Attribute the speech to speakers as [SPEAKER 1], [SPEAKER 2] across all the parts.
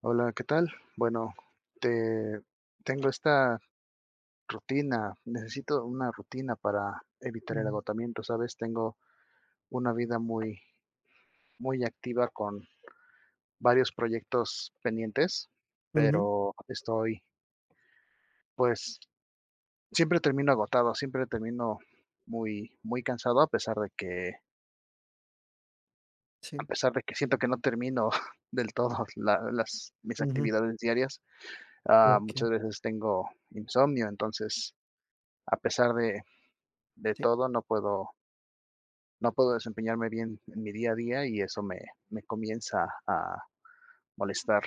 [SPEAKER 1] Hola, ¿qué tal? Bueno, te tengo esta rutina, necesito una rutina para evitar el
[SPEAKER 2] Ujú,
[SPEAKER 1] agotamiento, ¿sabes? Tengo una vida muy, muy activa con varios proyectos pendientes,
[SPEAKER 2] ujú,
[SPEAKER 1] pero estoy, pues, siempre termino agotado, siempre termino muy, muy cansado, a pesar de que, a
[SPEAKER 2] sí,
[SPEAKER 1] pesar de que siento que no termino del todo mis
[SPEAKER 2] ujú,
[SPEAKER 1] actividades diarias.
[SPEAKER 2] okey,
[SPEAKER 1] Muchas veces tengo insomnio, entonces a pesar de
[SPEAKER 2] sí.
[SPEAKER 1] todo, no puedo desempeñarme bien en mi día a día y eso me comienza a molestar.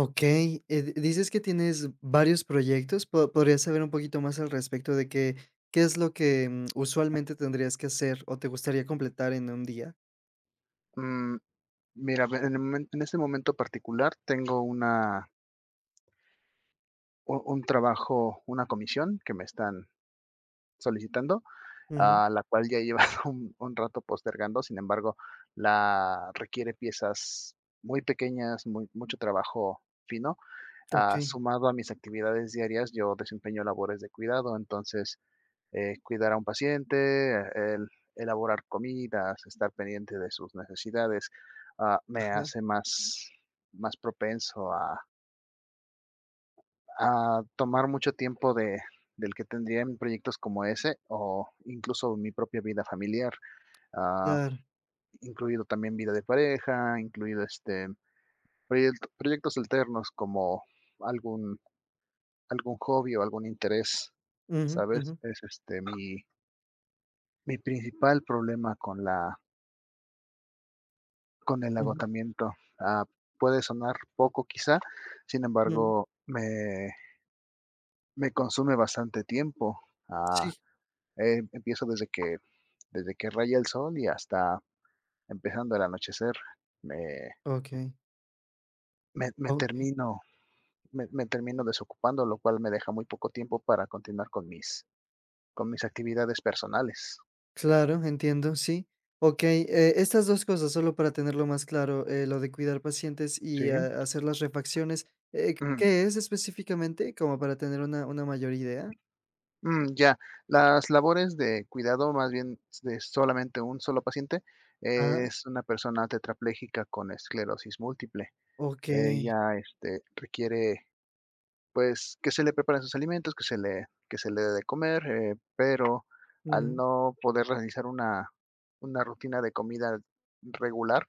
[SPEAKER 2] Okey, di dices que tienes varios proyectos, ¿po podrías saber un poquito más al respecto de qué qué es lo que, mm, usualmente tendrías que hacer o te gustaría completar en un día?
[SPEAKER 1] Mm, Mira, ve en el momen en este momento particular tengo una u un trabajo, una comisión que me están solicitando,
[SPEAKER 2] Ujú,
[SPEAKER 1] a la cual ya llevaba un rato postergando, sin embargo, la requiere piezas muy pequeñas, muy mucho trabajo fino.
[SPEAKER 2] okey,
[SPEAKER 1] Sumado a mis actividades diarias, yo desempeño labores de cuidado, entonces cuidar a un paciente, el elaborar comidas, estar pendiente de sus necesidades, ah, me
[SPEAKER 2] ajá,
[SPEAKER 1] hace más propenso a tomar mucho tiempo de, del que tendría en proyectos como ese o incluso mi propia vida familiar, ah,
[SPEAKER 2] claro,
[SPEAKER 1] incluido también vida de pareja, incluido este proyectos alternos como algún, algún hobby o algún interés,
[SPEAKER 2] ujú, ujú,
[SPEAKER 1] ¿sabes? Es este mi principal problema con la con el
[SPEAKER 2] ujú,
[SPEAKER 1] agotamiento. Ah, Puede sonar poco quizá, sin
[SPEAKER 2] mm,
[SPEAKER 1] embargo, me consume bastante tiempo. Ah,
[SPEAKER 2] sí,
[SPEAKER 1] Empiezo desde que raya el sol y hasta empezando el anochecer. Me,
[SPEAKER 2] okey,
[SPEAKER 1] me, me
[SPEAKER 2] okey.
[SPEAKER 1] termino, me termino desocupando, lo cual me deja muy poco tiempo para continuar con mis actividades personales.
[SPEAKER 2] Claro, entiendo, sí. Okey, estas 2 cosas, solo para tenerlo más claro, lo de cuidar pacientes
[SPEAKER 1] Sí.
[SPEAKER 2] y, hacer las refacciones, ¿qué es específicamente? Como para tener una mayor idea.
[SPEAKER 1] Mm, ya. Las labores de cuidado, más bien de solamente un solo paciente,
[SPEAKER 2] Ah,
[SPEAKER 1] es una persona tetrapléjica con esclerosis múltiple.
[SPEAKER 2] okey.
[SPEAKER 1] Ella, este, requiere, pues, que se le preparen sus alimentos, que se le dé de comer, pero al
[SPEAKER 2] Ujú,
[SPEAKER 1] no poder realizar una rutina de comida regular,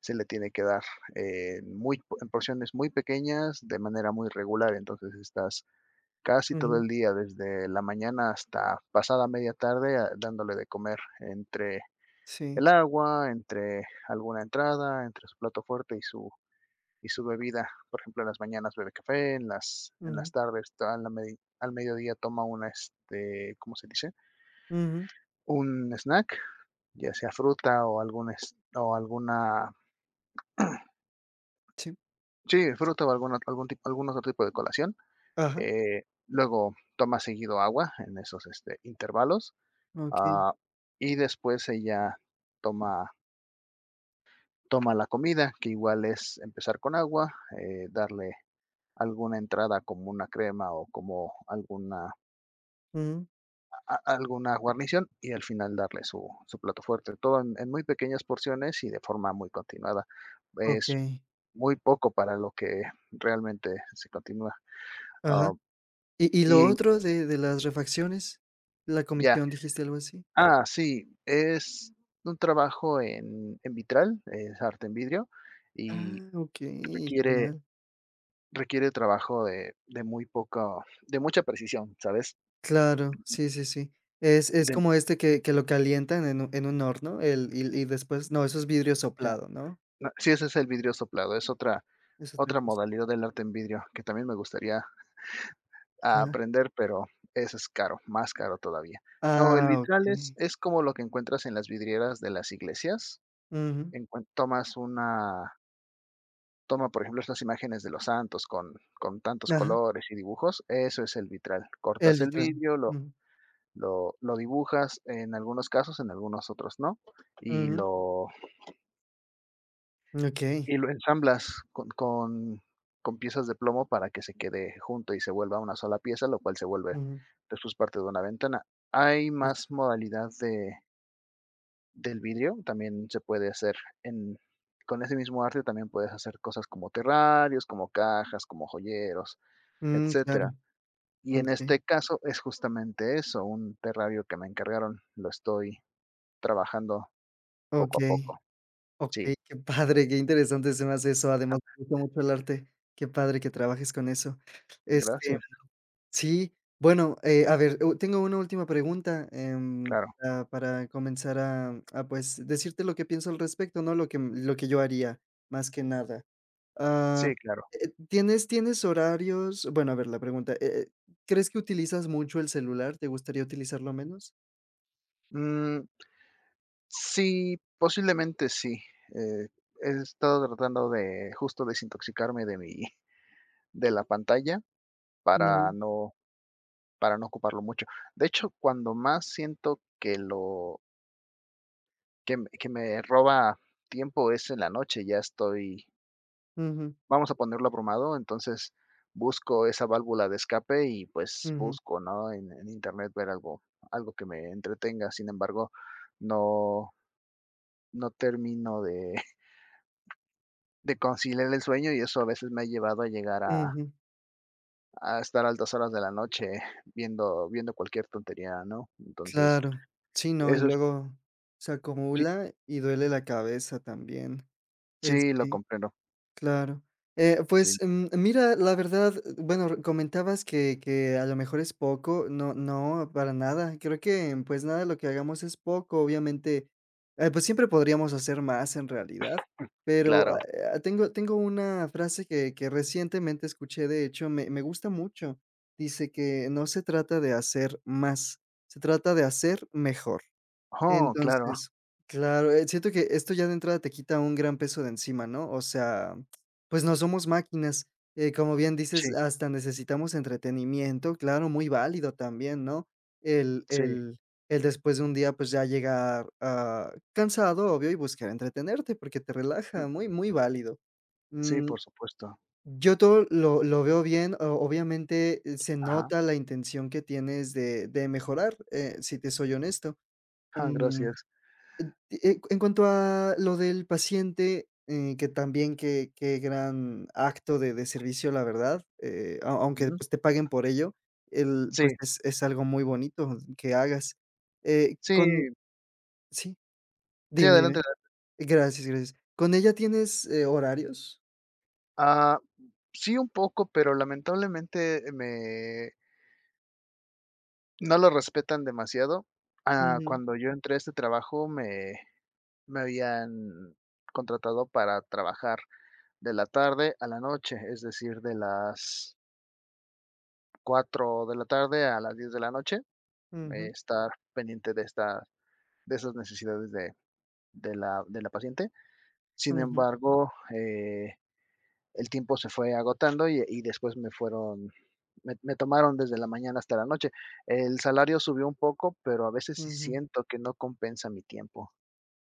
[SPEAKER 1] se le tiene que dar, muy en porciones muy pequeñas, de manera muy regular. Entonces, estas Casi todo
[SPEAKER 2] ujú,
[SPEAKER 1] el día, desde la mañana hasta pasada media tarde, dándole de comer entre
[SPEAKER 2] sí,
[SPEAKER 1] el agua, entre alguna entrada, entre su plato fuerte y su bebida. Por ejemplo, en las mañanas bebe café, en las
[SPEAKER 2] ujú,
[SPEAKER 1] tardes, al mediodía toma una, este, ¿cómo se dice?
[SPEAKER 2] ujú,
[SPEAKER 1] Un snack, ya sea fruta o o alguna,
[SPEAKER 2] sí.
[SPEAKER 1] sí, fruta o alguna, algún otro tipo de colación.
[SPEAKER 2] Ajá,
[SPEAKER 1] Luego toma seguido agua en esos, este, intervalos.
[SPEAKER 2] okey,
[SPEAKER 1] Ah, y después ella toma, toma la comida, que igual es empezar con agua, darle alguna entrada como una crema o como alguna,
[SPEAKER 2] ujú,
[SPEAKER 1] a- alguna guarnición y al final darle su, su plato fuerte. Todo en muy pequeñas porciones y de forma muy continuada. Es
[SPEAKER 2] okey,
[SPEAKER 1] muy poco para lo que realmente se continúa.
[SPEAKER 2] ajá.
[SPEAKER 1] Ah,
[SPEAKER 2] ¿Y lo
[SPEAKER 1] y
[SPEAKER 2] otro de las refacciones? ¿La
[SPEAKER 1] ya.
[SPEAKER 2] comisión dijiste algo así?
[SPEAKER 1] Sí, es un trabajo en vitral, es arte en vidrio y
[SPEAKER 2] Ah, okey,
[SPEAKER 1] requiere
[SPEAKER 2] genial.
[SPEAKER 1] Requiere trabajo de muy poco de mucha precisión, ¿sabes?
[SPEAKER 2] Claro, sí, sí, sí. Es
[SPEAKER 1] De
[SPEAKER 2] como que lo calientan en un horno, el y después no, eso es vidrio
[SPEAKER 1] ta
[SPEAKER 2] soplado, ¿no?
[SPEAKER 1] No, sí, ese es el vidrio soplado, es otra
[SPEAKER 2] Es otra
[SPEAKER 1] otra
[SPEAKER 2] cosa.
[SPEAKER 1] modalidad del arte en vidrio que también me gustaría
[SPEAKER 2] Ajá.
[SPEAKER 1] aprender, pero eso es caro, más caro todavía. No, el
[SPEAKER 2] Ah,
[SPEAKER 1] vitral
[SPEAKER 2] okey.
[SPEAKER 1] es como lo que encuentras en las vidrieras de las iglesias.
[SPEAKER 2] Ujú.
[SPEAKER 1] Encuen tomas una Toma, por ejemplo, estas imágenes de los santos con tantos
[SPEAKER 2] Ajá.
[SPEAKER 1] colores y dibujos, eso es el vitral.
[SPEAKER 2] El
[SPEAKER 1] Cortas el
[SPEAKER 2] vitrón.
[SPEAKER 1] vidrio,
[SPEAKER 2] Ujú.
[SPEAKER 1] lo dibujas en algunos casos, en algunos otros no, y
[SPEAKER 2] Ujú.
[SPEAKER 1] lo,
[SPEAKER 2] Okey.
[SPEAKER 1] y lo ensamblas con piezas de plomo para que se quede junto y se vuelva una sola pieza, lo cual se vuelve
[SPEAKER 2] Ujú.
[SPEAKER 1] después parte de una ventana. Hay más
[SPEAKER 2] Justo.
[SPEAKER 1] modalidad de, del vidrio, también se puede hacer en, con ese mismo arte, también puedes hacer cosas como terrarios, como cajas, como joyeros,
[SPEAKER 2] Mm, claro.
[SPEAKER 1] etcétera. Y en
[SPEAKER 2] Okey.
[SPEAKER 1] este caso es justamente eso, un terrario que me encargaron, lo estoy trabajando poco a
[SPEAKER 2] Okey.
[SPEAKER 1] poco, sí.
[SPEAKER 2] Okey, qué padre, qué interesante se me hace eso.
[SPEAKER 1] Ah,
[SPEAKER 2] Además, me gusta mucho el arte. Qué padre que trabajes con eso. Este
[SPEAKER 1] Gracias,
[SPEAKER 2] Sí, bueno, a ver, u tengo una última pregunta,
[SPEAKER 1] claro.
[SPEAKER 2] para comenzar a, pues, decirte lo que pienso al respecto, ¿no? Lo que m lo que yo haría, más que nada. Ah,
[SPEAKER 1] Sí, claro.
[SPEAKER 2] tienes horarios? Bueno, a ver, la pregunta, ¿crees que utilizas mucho el celular? ¿Te gustaría utilizarlo menos?
[SPEAKER 1] Mm, sí, posiblemente sí. Eh, He estado tratando de justo desintoxicarme de mi de la pantalla para
[SPEAKER 2] Ujú,
[SPEAKER 1] no para no ocuparlo mucho. De hecho, cuando más siento que lo que me roba tiempo es en la noche, ya estoy
[SPEAKER 2] ujú,
[SPEAKER 1] vamos a ponerlo abrumado, entonces busco esa válvula de escape y, pues,
[SPEAKER 2] ujú,
[SPEAKER 1] busco, ¿no?, en Internet ver algo algo que me entretenga. Sin embargo, no no termino de de conciliar el sueño, y eso a veces me ha llevado a llegar
[SPEAKER 2] ujú.
[SPEAKER 1] a estar a altas horas de la noche viendo cualquier tontería, ¿no? Entonces,
[SPEAKER 2] Claro. Sí, no, y
[SPEAKER 1] eso es
[SPEAKER 2] luego se
[SPEAKER 1] sí,
[SPEAKER 2] acumula y duele la cabeza también.
[SPEAKER 1] sí, lo
[SPEAKER 2] Este
[SPEAKER 1] comprendo.
[SPEAKER 2] Claro.
[SPEAKER 1] Sí,
[SPEAKER 2] Mira, la verdad, bueno, r comentabas que a lo mejor es poco. No, para nada. Creo que, pues, nada lo que hagamos es poco. Obviamente, pues, siempre podríamos hacer más en realidad, pero,
[SPEAKER 1] claro.
[SPEAKER 2] tengo una frase que recientemente escuché, de hecho, me gusta mucho. Dice que no se trata de hacer más, se trata de hacer mejor.
[SPEAKER 1] Oh, claro.
[SPEAKER 2] Entonces, claro, siento que esto ya de entrada te quita un gran peso de encima, ¿no? O sea, pues no somos máquinas. Como bien dices,
[SPEAKER 1] Sí,
[SPEAKER 2] hasta necesitamos entretenimiento, claro, muy válido también, ¿no? El
[SPEAKER 1] sí.
[SPEAKER 2] el el después de un día, pues ya llegar, cansado, obvio, y buscar entretenerte porque te relaja,
[SPEAKER 1] Mm,
[SPEAKER 2] muy, muy válido.
[SPEAKER 1] sí,
[SPEAKER 2] Mm,
[SPEAKER 1] por supuesto.
[SPEAKER 2] yo todo lo veo bien, o obviamente, se
[SPEAKER 1] Ajá.
[SPEAKER 2] nota la intención que tienes de mejorar, si te soy honesto. Mm.
[SPEAKER 1] Gracias.
[SPEAKER 2] En cuanto a lo del paciente, que también qué qué gran acto de servicio, la verdad, a aunque,
[SPEAKER 1] Ujú.
[SPEAKER 2] pues, te paguen por ello, el pues,
[SPEAKER 1] Sí,
[SPEAKER 2] es algo muy bonito que hagas. Con
[SPEAKER 1] sí.
[SPEAKER 2] sí,
[SPEAKER 1] Sí,
[SPEAKER 2] dime,
[SPEAKER 1] adelante.
[SPEAKER 2] dime. Gracias, gracias. ¿Con ella tienes, horarios?
[SPEAKER 1] Ah, sí, un poco, pero lamentablemente me no lo respetan demasiado.
[SPEAKER 2] Ujú,
[SPEAKER 1] Cuando yo entré a este trabajo, me habían contratado para trabajar de la tarde a la noche, es decir, de las 4 de la tarde a las 10 de la noche,
[SPEAKER 2] ujú,
[SPEAKER 1] estar pendiente de esas necesidades de la paciente. Sin
[SPEAKER 2] ujú,
[SPEAKER 1] embargo, el tiempo se fue agotando y después me tomaron desde la mañana hasta la noche. El salario subió un poco, pero a veces sí
[SPEAKER 2] ujú.
[SPEAKER 1] siento que no compensa mi tiempo.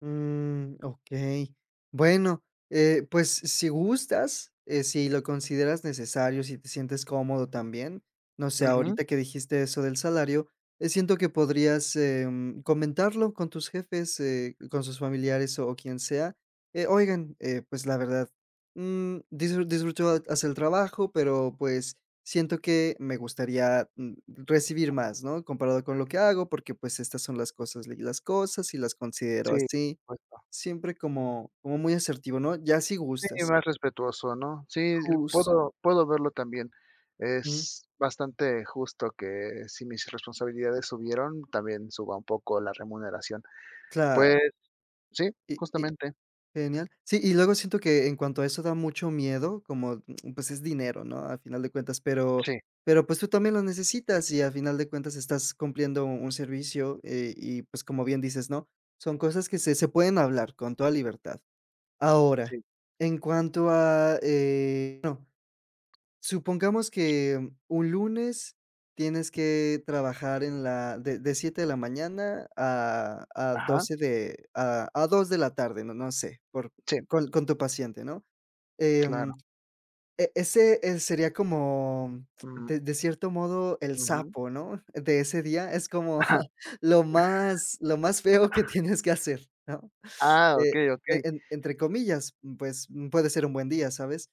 [SPEAKER 2] Mm, okey. Bueno, pues, si gustas, si lo consideras necesario, si te sientes cómodo también, no sé,
[SPEAKER 1] Ujú.
[SPEAKER 2] ahorita que dijiste eso del salario, siento que podrías, comentarlo con tus jefes, con sus familiares o quien sea. Oigan, pues, la verdad, disfruto hacer el trabajo, pero, pues, siento que me gustaría, recibir más, ¿no? Comparado con lo que hago, porque, pues, estas son las cosas, leí las cosas y las considero
[SPEAKER 1] Sí,
[SPEAKER 2] así.
[SPEAKER 1] por supuesto.
[SPEAKER 2] Siempre como muy asertivo, ¿no? Ya si
[SPEAKER 1] Sí,
[SPEAKER 2] gustas.
[SPEAKER 1] más respetuoso, ¿no? Sí,
[SPEAKER 2] Jus
[SPEAKER 1] puedo verlo también.
[SPEAKER 2] mm,
[SPEAKER 1] Es bastante justo que si mis responsabilidades subieron, también suba un poco la remuneración.
[SPEAKER 2] claro,
[SPEAKER 1] Pues sí,
[SPEAKER 2] y
[SPEAKER 1] justamente.
[SPEAKER 2] genial. Sí, y luego siento que en cuanto a eso da mucho miedo, como, pues, es dinero, ¿no? A final de cuentas,
[SPEAKER 1] Sí,
[SPEAKER 2] pero, pues, tú también lo necesitas y a final de cuentas estás cumpliendo un servicio, y, pues, como bien dices, ¿no? Son cosas que se pueden hablar con toda libertad. Ahora,
[SPEAKER 1] sí.
[SPEAKER 2] en cuanto a, bueno, supongamos que un lunes tienes que trabajar en la de 7 de la mañana a
[SPEAKER 1] Ajá.
[SPEAKER 2] 12 de a 2 de la tarde, no sé, por
[SPEAKER 1] Sí,
[SPEAKER 2] con tu paciente, ¿no?
[SPEAKER 1] claro.
[SPEAKER 2] Em, ese, sería como,
[SPEAKER 1] Mm,
[SPEAKER 2] de cierto modo, el
[SPEAKER 1] ujú.
[SPEAKER 2] sapo, ¿no? De ese día, es como lo más feo que tienes que hacer, ¿no? Eh,
[SPEAKER 1] Okey, okey.
[SPEAKER 2] en entre comillas, puede ser un buen día, ¿sabes?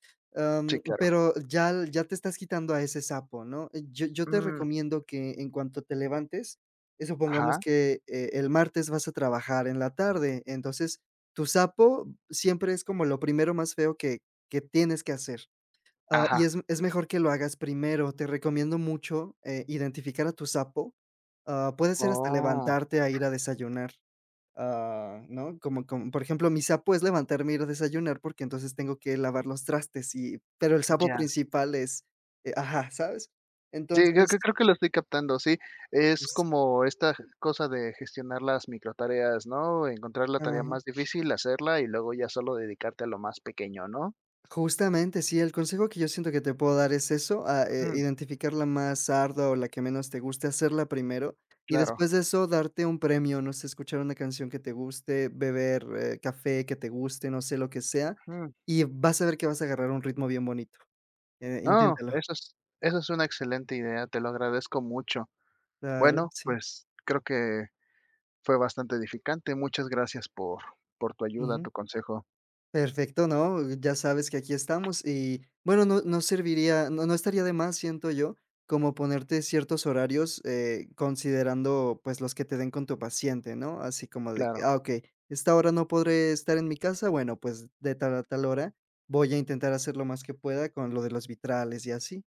[SPEAKER 1] Sí, claro.
[SPEAKER 2] Pero ya ya te estás quitando a ese sapo, ¿no? Yo yo te
[SPEAKER 1] Mm,
[SPEAKER 2] recomiendo que en cuanto te levantes, supongamos
[SPEAKER 1] ajá,
[SPEAKER 2] que, el martes vas a trabajar en la tarde, entonces, tu sapo siempre es como lo primero más feo que tienes que hacer. Y
[SPEAKER 1] ajá.
[SPEAKER 2] es mejor que lo hagas primero. Te recomiendo mucho, identificar a tu sapo. Ah, puede ser hasta
[SPEAKER 1] Oh,
[SPEAKER 2] levantarte a ir a desayunar. Ah, ¿no? Como como, por ejemplo, mi sapo es levantarme, y ir a desayunar, porque entonces tengo que lavar los trastes y pero el sapo
[SPEAKER 1] ya.
[SPEAKER 2] principal es ajá, ¿sabes?
[SPEAKER 1] Sí,
[SPEAKER 2] Entonces,
[SPEAKER 1] creo que lo estoy captando, sí. Es
[SPEAKER 2] pues
[SPEAKER 1] como esta g cosa de gestionar las microtareas, ¿no? Encontrar la tarea
[SPEAKER 2] ajá.
[SPEAKER 1] más difícil, hacerla y luego ya solo dedicarte a lo más pequeño, ¿no?
[SPEAKER 2] Justamente, sí, el consejo que yo siento que te puedo dar es eso, a
[SPEAKER 1] Ujú,
[SPEAKER 2] identificar la más ardua o la que menos te guste, hacerla primero, y
[SPEAKER 1] claro.
[SPEAKER 2] después de eso darte un premio, no sé, escuchar una canción que te guste, beber, café que te guste, no sé, lo que sea,
[SPEAKER 1] Ujú.
[SPEAKER 2] y vas a ver que vas a agarrar un ritmo bien bonito.
[SPEAKER 1] No,
[SPEAKER 2] Inténtalo.
[SPEAKER 1] eso es una excelente idea, te lo agradezco mucho.
[SPEAKER 2] Claro,
[SPEAKER 1] Bueno,
[SPEAKER 2] sí.
[SPEAKER 1] pues, creo que fue bastante edificante. Muchas gracias por tu ayuda,
[SPEAKER 2] Ujú.
[SPEAKER 1] tu consejo.
[SPEAKER 2] Perfecto, ¿no? Ya sabes que aquí estamos y bueno, no no serviría, no no estaría de más, siento yo, como ponerte ciertos horarios, considerando, pues, los que te den con tu paciente, ¿no? Así como de que,
[SPEAKER 1] Claro.
[SPEAKER 2] ah, okey, esta hora no podré estar en mi casa, bueno, pues, de tal a tal hora voy a intentar hacer lo más que pueda con lo de los vitrales y así.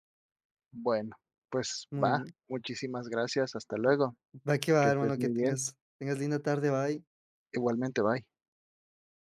[SPEAKER 1] Bueno, pues
[SPEAKER 2] Muy
[SPEAKER 1] va.
[SPEAKER 2] bien.
[SPEAKER 1] Muchísimas gracias. Hasta luego.
[SPEAKER 2] Va que va,
[SPEAKER 1] Que
[SPEAKER 2] hermano,
[SPEAKER 1] estés
[SPEAKER 2] que
[SPEAKER 1] muy bien.
[SPEAKER 2] tengas linda tarde, bye.
[SPEAKER 1] Igualmente, bye.